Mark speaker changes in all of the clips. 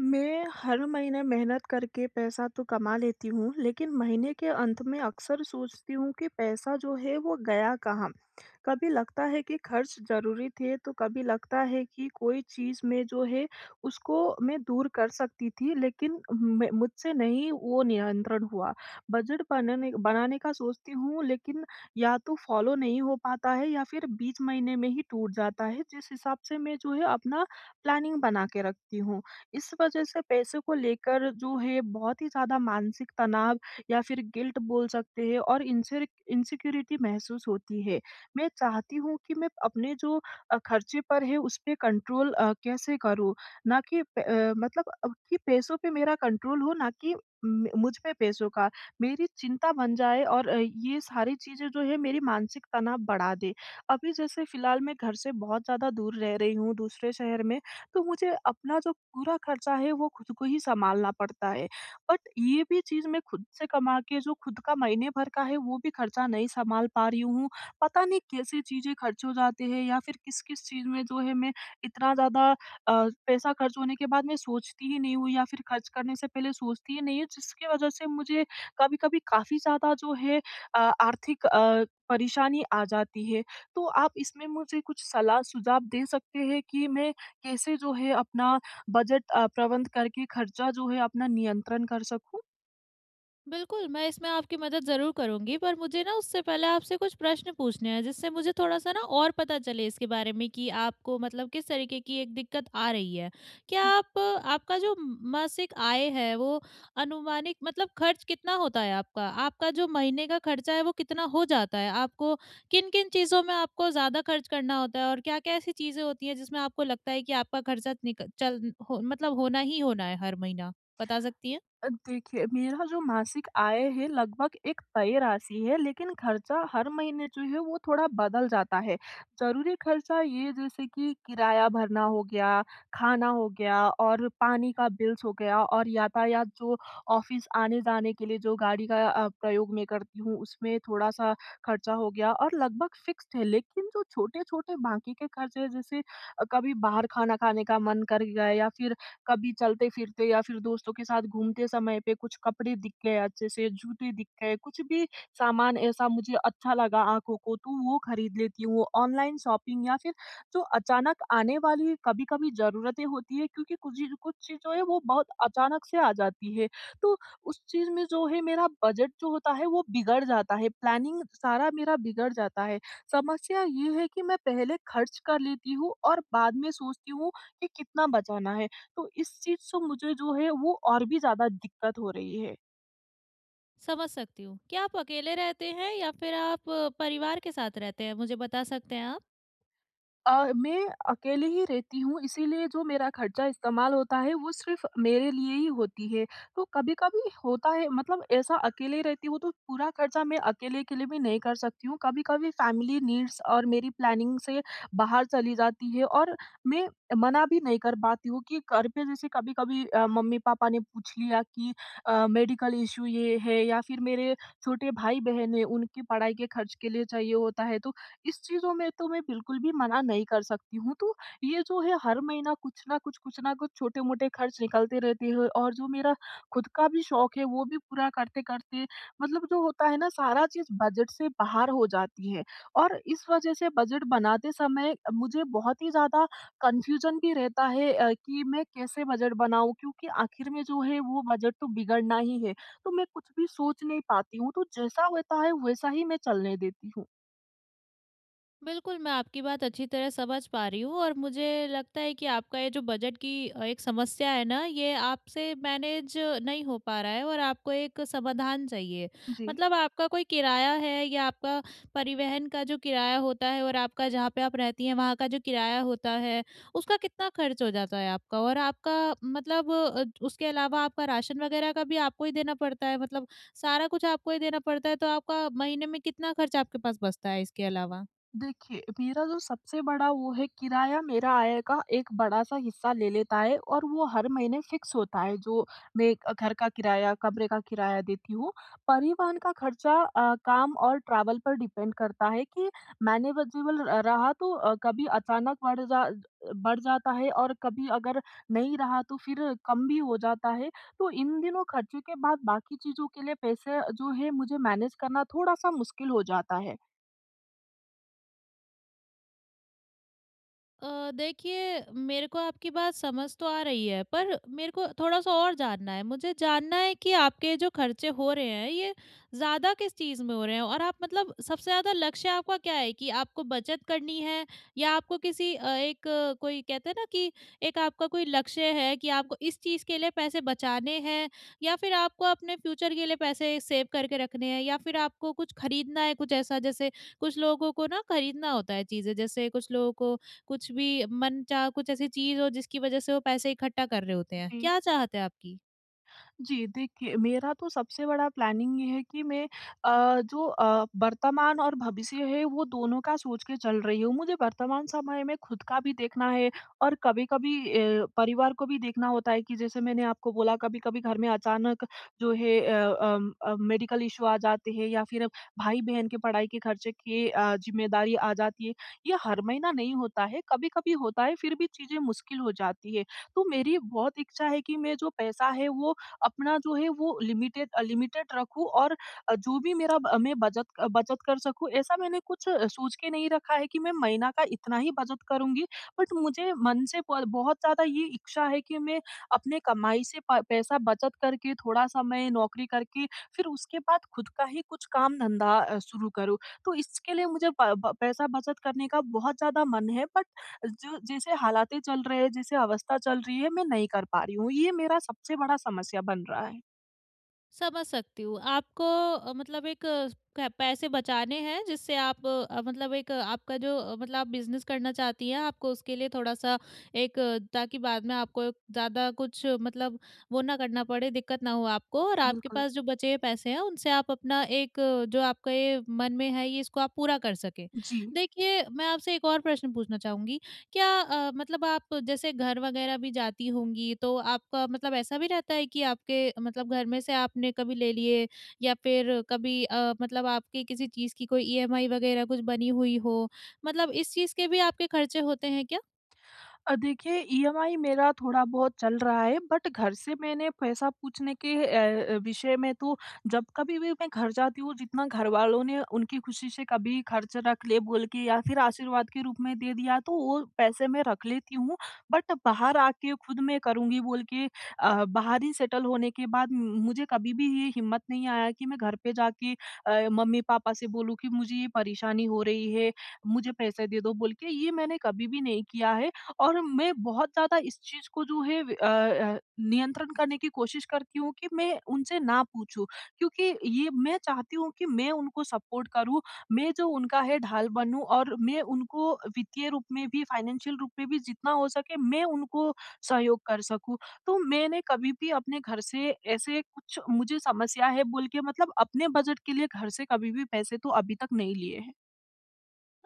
Speaker 1: मैं हर महीने मेहनत करके पैसा तो कमा लेती हूँ, लेकिन महीने के अंत में अक्सर सोचती हूँ कि पैसा जो है वो गया कहाँ? कभी लगता है कि खर्च ज़रूरी थे, तो कभी लगता है कि कोई चीज़ में जो है उसको मैं दूर कर सकती थी, लेकिन मैं मुझसे नहीं वो नियंत्रण हुआ। बजट बनाने बनाने का सोचती हूँ, लेकिन या तो फ़ॉलो नहीं हो पाता है या फिर बीच महीने में ही टूट जाता है, जिस हिसाब से मैं जो है अपना प्लानिंग बना के रखती हूँ। इस वजह से पैसे को लेकर जो है बहुत ही ज़्यादा मानसिक तनाव या फिर गिल्ट बोल सकते हैं, और इनसे इनसिक्योरिटी महसूस होती है। मैं चाहती हूँ कि मैं अपने जो खर्चे पर है उस पे कंट्रोल कैसे करूँ? ना कि मतलब, कि पैसों पे मेरा कंट्रोल हो, ना कि म मुझ पे पैसों का। मेरी चिंता बन जाए और ये सारी चीज़ें जो है मेरी मानसिक तनाव बढ़ा दे। अभी जैसे फ़िलहाल मैं घर से बहुत ज़्यादा दूर रह रही हूँ, दूसरे शहर में। तो मुझे अपना जो पूरा खर्चा है वो खुद को ही सँभालना पड़ता है। बट ये भी चीज़ मैं खुद से कमा के जो खुद का महीने भर का है वो भी खर्चा नहीं सँभाल पा रही हूँ। पता नहीं कैसे चीज़ें खर्च हो जाते हैं या फिर किस-किस चीज़ में जो है मैं इतना ज़्यादा पैसा खर्च होने के बाद मैं सोचती ही नहीं हूँ, या फिर खर्च करने से पहले सोचती ही नहीं हूँ, जिसकी वजह से मुझे कभी-कभी काफ़ी ज़्यादा जो है आर्थिक परेशानी आ जाती है। तो आप इसमें मुझे कुछ सलाह सुझाव दे सकते हैं कि मैं कैसे जो है अपना बजट प्रबंध करके खर्चा जो है अपना नियंत्रण कर सकूँ?
Speaker 2: बिल्कुल, मैं इसमें आपकी मदद ज़रूर करूँगी, पर मुझे ना उससे पहले आपसे कुछ प्रश्न पूछने हैं, जिससे मुझे थोड़ा-सा ना और पता चले इसके बारे में कि आपको मतलब किस तरीके की एक दिक्कत आ रही है। क्या आप आपका जो मासिक आय है, वो अनुमानिक मतलब खर्च कितना होता है आपका? आपका जो महीने का खर्चा है, वो कितना हो जाता है? आपको किन-किन चीज़ों में आपको ज़्यादा खर्च करना होता है और क्या-क्या ऐसी चीज़ें होती हैं, जिसमें आपको लगता है कि आपका खर्चा निक चल हो मतलब होना ही होना है हर महीना? बता सकती हैं?
Speaker 1: देखिए, मेरा जो मासिक आय है लगभग एक तय राशि है, लेकिन खर्चा हर महीने जो है वो थोड़ा बदल जाता है। ज़रूरी खर्चा ये, जैसे कि किराया भरना हो गया, खाना हो गया और पानी का बिल्स हो गया, और यातायात जो ऑफ़िस आने-जाने के लिए जो गाड़ी का प्रयोग मैं करती हूँ उसमें थोड़ा-सा खर्चा हो गया, और लगभग फ़िक्स्ड है। लेकिन जो छोटे-छोटे बाकी के खर्चे हैं, जैसे कभी बाहर खाना खाने का मन कर गया, या फिर कभी चलते-फिरते या फिर दोस्तों के साथ घूमते समय पे कुछ कपड़े दिख गए अच्छे से, जूते दिख गए, कुछ भी सामान ऐसा मुझे अच्छा लगा आँखों को, तो वो खरीद लेती हूँ। ऑनलाइन शॉपिंग, या फिर जो अचानक आने वाली कभी-कभी ज़रूरतें होती है, क्योंकि कुछ चीज़ जो है वो बहुत अचानक से आ जाती है। तो उस चीज़ में जो है मेरा बजट जो होता है वो बिगड़ जाता है, प्लानिंग सारा मेरा बिगड़ जाता है। समस्या ये है कि मैं पहले खर्च कर लेती हूँ और बाद में सोचती हूँ कि कितना बचाना है। तो इस चीज़ से मुझे जो है वो और भी ज़्यादा दिक्कत हो रही है।
Speaker 2: समझ सकती हूँ। क्या आप अकेले रहते हैं या फिर आप परिवार के साथ रहते हैं? मुझे बता सकते हैं आप?
Speaker 1: मैं अकेले ही रहती हूँ, इसीलिए जो मेरा खर्चा इस्तेमाल होता है वो सिर्फ़ मेरे लिए ही होती है। तो कभी-कभी होता है मतलब ऐसा, अकेले रहती हूँ तो पूरा खर्चा मैं अकेले के लिए भी नहीं कर सकती हूँ। कभी-कभी फैमिली नीड्स और मेरी प्लानिंग से बाहर चली जाती है, और मैं मना भी नहीं कर पाती हूँ कि घर पे जैसे कभी-कभी मम्मी-पापा ने पूछ लिया कि मेडिकल इश्यू ये है, या फिर मेरे छोटे भाई-बहन हैं उनकी पढ़ाई के खर्च के लिए चाहिए होता है। तो इस चीज़ों में तो मैं बिल्कुल भी मना नहीं कर सकती हूँ। तो ये जो है हर महीना कुछ ना कुछ छोटे-मोटे खर्च निकलते रहते हैं, और जो मेरा खुद का भी शौक है वो भी पूरा करते-करते मतलब जो होता है ना, सारा चीज़ बजट से बाहर हो जाती है। और इस वज़ह से बजट बनाते समय मुझे बहुत ही ज़्यादा कन्फ्यूज़न भी रहता है कि मैं कैसे बजट बनाऊँ? क्योंकि आखिर में जो है वो बजट तो बिगड़ना ही है। तो मैं कुछ भी सोच नहीं पाती हूँ, तो जैसा होता है वैसा ही मैं चलने देती हूँ।
Speaker 2: बिल्कुल, मैं आपकी बात अच्छी तरह समझ पा रही हूँ और मुझे लगता है कि आपका ये जो बजट की एक समस्या है ना, ये आपसे मैनेज नहीं हो पा रहा है और आपको एक समाधान चाहिए।
Speaker 1: जी।
Speaker 2: मतलब आपका कोई किराया है या आपका परिवहन का जो किराया होता है और आपका जहाँ पे आप रहती हैं वहाँ का जो किराया होता है, उसका कितना खर्च हो जाता है आपका? और आपका मतलब उसके अलावा आपका राशन वगैरह का भी आपको ही देना पड़ता है? मतलब सारा कुछ आपको ही देना पड़ता है, तो आपका महीने में कितना खर्च आपके पास बचता है इसके अलावा?
Speaker 1: देखिए, मेरा जो सबसे बड़ा वो है किराया, मेरा आय का एक बड़ा-सा हिस्सा ले लेता है और वो हर महीने फ़िक्स होता है, जो मैं घर का किराया, कमरे का किराया देती हूँ। परिवहन का खर्चा काम और ट्रैवल पर डिपेंड करता है कि मैनेजेबल र रहा, तो कभी अचानक बढ़ जाता है, और कभी अगर नहीं रहा तो फिर कम भी हो जाता है। तो इन दिनों खर्चों के बाद बाकी चीज़ों के लिए पैसे जो है मुझे मैनेज करना थोड़ा-सा मुश्किल हो जाता है।
Speaker 2: देखिए, मेरे को आपकी बात समझ तो आ रही है, पर मेरे को थोड़ा-सा और जानना है। मुझे जानना है कि आपके जो खर्चे हो रहे हैं ये ज़्यादा किस चीज़ में हो रहे हैं? और आप मतलब सबसे ज़्यादा लक्ष्य आपका क्या है कि आपको बचत करनी है या आपको किसी एक कोई कहते हैं ना कि एक आपका कोई लक्ष्य है कि आपको इस चीज़ के लिए पैसे बचाने हैं या फिर आपको अपने फ्यूचर के लिए पैसे सेव करके रखने हैं या फिर आपको कुछ खरीदना है, कुछ ऐसा, जैसे कुछ लोगों को ना खरीदना होता है चीज़ें, जैसे कुछ लोगों को कुछ भी मनचाहा कुछ ऐसी चीज़ हो जिसकी वजह से वो पैसे इकट्ठा कर रहे होते हैं।
Speaker 1: जी।
Speaker 2: क्या चाहत है आपकी?
Speaker 1: जी, देखिए मेरा तो सबसे बड़ा प्लानिंग ये है कि मैं जो वर्तमान और भविष्य है वो दोनों का सोच के चल रही हूँ। मुझे वर्तमान समय में खुद का भी देखना है, और कभी-कभी परिवार को भी देखना होता है कि जैसे मैंने आपको बोला, कभी-कभी घर में अचानक जो है मेडिकल इश्यू आ जाते हैं, या फिर भाई-बहन के पढ़ाई के खर्चे की ज़िम्मेदारी आ जाती है। ये हर महीना नहीं होता है, कभी-कभी होता है, फिर भी चीज़ें मुश्किल हो जाती है। तो मेरी बहुत इच्छा है कि मैं जो पैसा है वो अपना जो है वो लिमिटेड लिमिटेड रखूँ, और जो भी मेरा ब मैं बचत कर सकूँ, ऐसा मैंने कुछ सोच के नहीं रखा है कि मैं महीना का इतना ही बचत करूँगी। बट मुझे मन से ब बहुत ज़्यादा ये इच्छा है कि मैं अपने कमाई से प पैसा बचत करके थोड़ा-सा मैं नौकरी करके फिर उसके बाद खुद का ही कुछ काम धंधा शुरू करूँ। तो इसके लिए मुझे प ब पैसा बचत करने का बहुत ज़्यादा मन है, बट जो जैसे हालातें चल रहे हैं, जैसे अवस्था चल रही है, मैं नहीं कर पा रही हूँ। ये मेरा सबसे बड़ा समस्या बन रहा है।
Speaker 2: समझ सकती हूँ। आपको मतलब एक क पैसे बचाने हैं, जिससे आप मतलब एक आपका जो मतलब आप बिज़नेस करना चाहती हैं, आपको उसके लिए थोड़ा-सा एक ताकि बाद में आपको एक ज़्यादा कुछ मतलब वो ना करना पड़े, दिक्कत ना हो आपको, और आपके
Speaker 1: बिल्कुल।
Speaker 2: पास जो बचे हुए पैसे हैं, उनसे आप अपना एक जो आपका ये मन में है, ये इसको आप पूरा कर सकें।
Speaker 1: जी।
Speaker 2: देखिए, मैं आपसे एक और प्रश्न पूछना चाहूँगी। क्या मतलब आप जैसे घर वगैरह भी जाती होंगी, तो आपका मतलब ऐसा भी रहता है कि आपके मतलब घर में से आपने कभी ले लिए, या फिर कभी मतलब आपकी किसी चीज़ की कोई ईएमआई वगैरह कुछ बनी हुई हो, मतलब इस चीज़ के भी आपके खर्चे होते हैं क्या?
Speaker 1: देखिए, ईएमआई मेरा थोड़ा बहुत चल रहा है, बट घर से मैंने पैसा पूछने के विषय में तो, जब कभी भी मैं घर जाती हूँ जितना घर वालों ने उनकी खुशी से कभी खर्च रख ले बोल के या फिर आशीर्वाद के रूप में दे दिया तो वो पैसे मैं रख लेती हूँ, बट बाहर आके खुद मैं करूँगी बोल के बाहर ही सेटल होने के बाद मुझे कभी भी ये हिम्मत नहीं आया कि मैं घर पे जाके मम्मी पापा से बोलूँ कि मुझे ये परेशानी हो रही है, मुझे पैसे दे दो बोल के, ये मैंने कभी भी नहीं किया है। और मैं बहुत ज़्यादा इस चीज़ को जो है नियंत्रण करने की कोशिश करती हूँ कि मैं उनसे ना पूछूँ, क्योंकि ये मैं चाहती हूँ कि मैं उनको सपोर्ट करूँ, मैं जो उनका है ढाल बनूँ, और मैं उनको वित्तीय रूप में भी, फाइनेंशियल रूप में भी जितना हो सके मैं उनको सहयोग कर सकूँ। तो मैंने कभी भी अपने घर से ऐसे कुछ मुझे समस्या है बोल के मतलब अपने बजट के लिए घर से कभी भी पैसे तो अभी तक नहीं लिए हैं।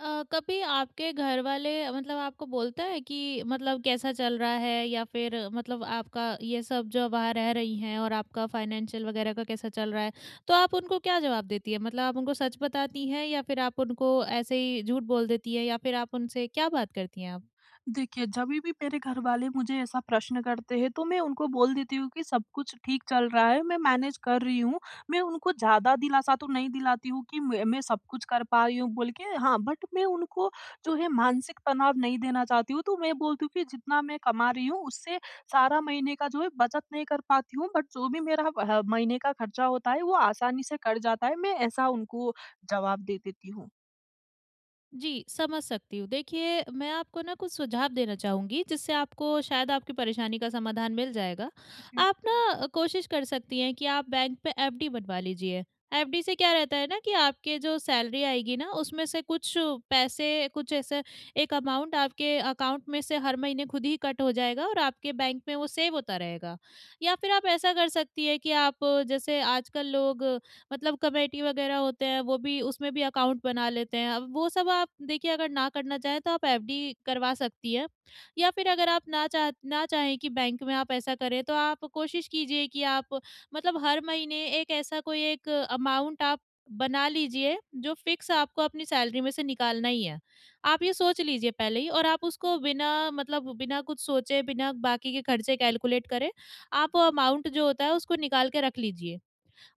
Speaker 2: कभी आपके घर वाले मतलब आपको बोलता है कि मतलब कैसा चल रहा है या फिर मतलब आपका ये सब, जो वहाँ रह रही हैं और आपका फाइनेंशियल वगैरह का कैसा चल रहा है, तो आप उनको क्या जवाब देती है, मतलब आप उनको सच बताती हैं या फिर आप उनको ऐसे ही झूठ बोल देती है या फिर आप उनसे क्या बात करती हैं आप?
Speaker 1: देखिए, जभी भी मेरे घरवाले मुझे ऐसा प्रश्न करते हैं तो मैं उनको बोल देती हूँ कि सब कुछ ठीक चल रहा है, मैं मैनेज कर रही हूँ। मैं उनको ज़्यादा दिलासा तो नहीं दिलाती हूँ कि मैं सब कुछ कर पा रही हूँ बोल के, हाँ, बट मैं उनको जो है मानसिक तनाव नहीं देना चाहती हूँ। तो मैं बोलती हूँ कि जितना मैं कमा रही हूँ उससे सारा महीने का जो है बचत नहीं कर पाती हूँ, बट जो भी मेरा ह महीने का खर्चा होता है वो आसानी से कट जाता है। मैं ऐसा उनको जवाब दे देती हूँ।
Speaker 2: जी, समझ सकती हूँ। देखिए, मैं आपको ना कुछ सुझाव देना चाहूँगी, जिससे आपको शायद आपकी परेशानी का समाधान मिल जाएगा।
Speaker 1: जी।
Speaker 2: आप ना कोशिश कर सकती हैं कि आप बैंक पे एफडी बनवा लीजिए। एफडी से क्या रहता है ना कि आपके जो सैलरी आएगी ना, उसमें से कुछ पैसे, कुछ ऐसे एक अमाउंट आपके अकाउंट में से हर महीने खुद ही कट हो जाएगा और आपके बैंक में वो सेव होता रहेगा। या फिर आप ऐसा कर सकती हैं कि आप जैसे आजकल लोग मतलब कमेटी वगैरह होते हैं, वो भी, उसमें भी अकाउंट बना लेते हैं। अब वो सब आप देखिए, अगर ना करना चाहें तो आप एफडी करवा सकती हैं, या फिर अगर आप ना चाहें कि बैंक में आप ऐसा करें, तो आप कोशिश कीजिए कि आप मतलब हर महीने एक ऐसा कोई एक अमाउंट आप बना लीजिए जो फिक्स आपको अपनी सैलरी में से निकालना ही है। आप ये सोच लीजिए पहले ही, और आप उसको बिना मतलब बिना कुछ सोचे, बिना बाकी के खर्चे कैलकुलेट करे, आप वो अमाउंट जो होता है उसको निकाल के रख लीजिए।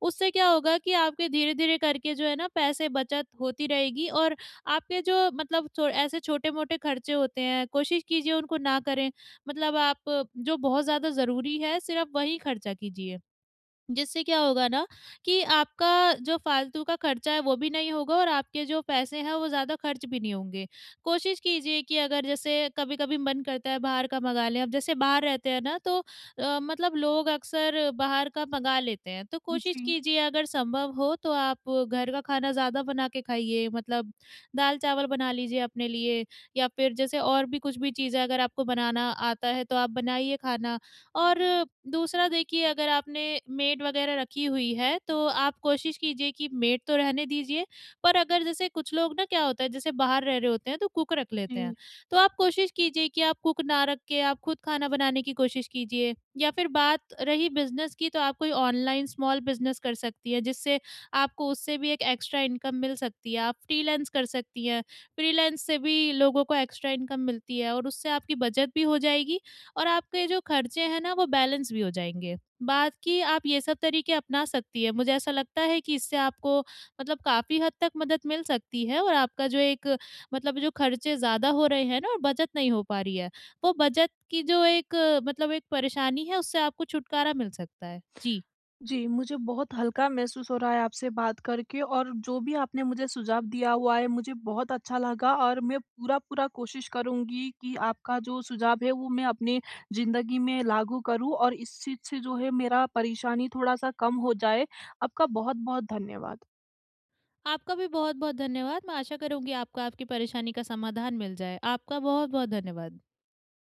Speaker 2: उससे क्या होगा कि आपके धीरे-धीरे करके जो है ना पैसे बचत होती रहेगी, और आपके जो मतलब छो ऐसे छोटे-मोटे खर्चे होते हैं, कोशिश कीजिए उनको ना करें। मतलब आप जो बहुत ज़्यादा ज़रूरी है, सिर्फ़ वही खर्चा कीजिए। जिससे क्या होगा ना कि आपका जो फालतू का खर्चा है वो भी नहीं होगा, और आपके जो पैसे हैं वो ज़्यादा खर्च भी नहीं होंगे। कोशिश कीजिए कि अगर जैसे कभी-कभी मन करता है बाहर का मँगा लें, अब जैसे बाहर रहते हैं ना तो मतलब लोग अक्सर बाहर का मँगा लेते हैं। तो कोशिश
Speaker 1: जी,
Speaker 2: कीजिए, अगर संभव हो तो आप घर का खाना ज़्यादा बना के खाइए, मतलब दाल-चावल बना लीजिए अपने लिए, या फिर जैसे और भी कुछ भी चीज़ें अगर आपको बनाना आता है तो आप बनाइए खाना। और दूसरा, देखिए अगर आपने मेड वगैरह रखी हुई है तो आप कोशिश कीजिए कि मेड तो रहने दीजिए, पर अगर जैसे कुछ लोग ना क्या होता है, जैसे बाहर रह रहे होते हैं तो कुक रख
Speaker 1: जी।
Speaker 2: लेते हैं। तो आप कोशिश कीजिए कि आप कुक ना रख के आप खुद खाना बनाने की कोशिश कीजिए। या फिर बात रही बिज़नेस की, तो आप कोई ऑनलाइन स्मॉल बिज़नेस कर सकती हैं, जिससे आपको उससे भी एक एक्स्ट्रा इनकम मिल सकती है। आप फ्रीलांस कर सकती हैं, फ्रीलांस से भी लोगों को एक्स्ट्रा इनकम मिलती है, और उससे आपकी बचत भी हो जाएगी और आपके जो खर्चे हैं ना, वो बैलेंस भी हो जाएँगे। बात की, आप ये सब तरीके अपना सकती हैं। मुझे ऐसा लगता है कि इससे आपको मतलब काफ़ी हद तक मदद मिल सकती है, और आपका जो एक मतलब जो खर्चे ज़्यादा हो रहे हैं ना और बचत नहीं हो पा रही है, वो बचत की जो एक मतलब एक परेशानी है, उससे आपको छुटकारा मिल सकता है। जी,
Speaker 1: जी, मुझे बहुत हल्का महसूस हो रहा है आपसे बात करके, और जो भी आपने मुझे सुझाव दिया हुआ है, मुझे बहुत अच्छा लगा, और मैं पूरा-पूरा कोशिश करूँगी कि आपका जो सुझाव है, वो मैं अपनी ज़िंदगी में लागू करूँ और इस चीज़ से जो है मेरा परेशानी थोड़ा-सा कम हो जाए। आपका बहुत-बहुत धन्यवाद।
Speaker 2: आपका भी बहुत-बहुत धन्यवाद। मैं आशा करूँगी आपको आपकी परेशानी का समाधान मिल जाए। आपका बहुत-बहुत धन्यवाद।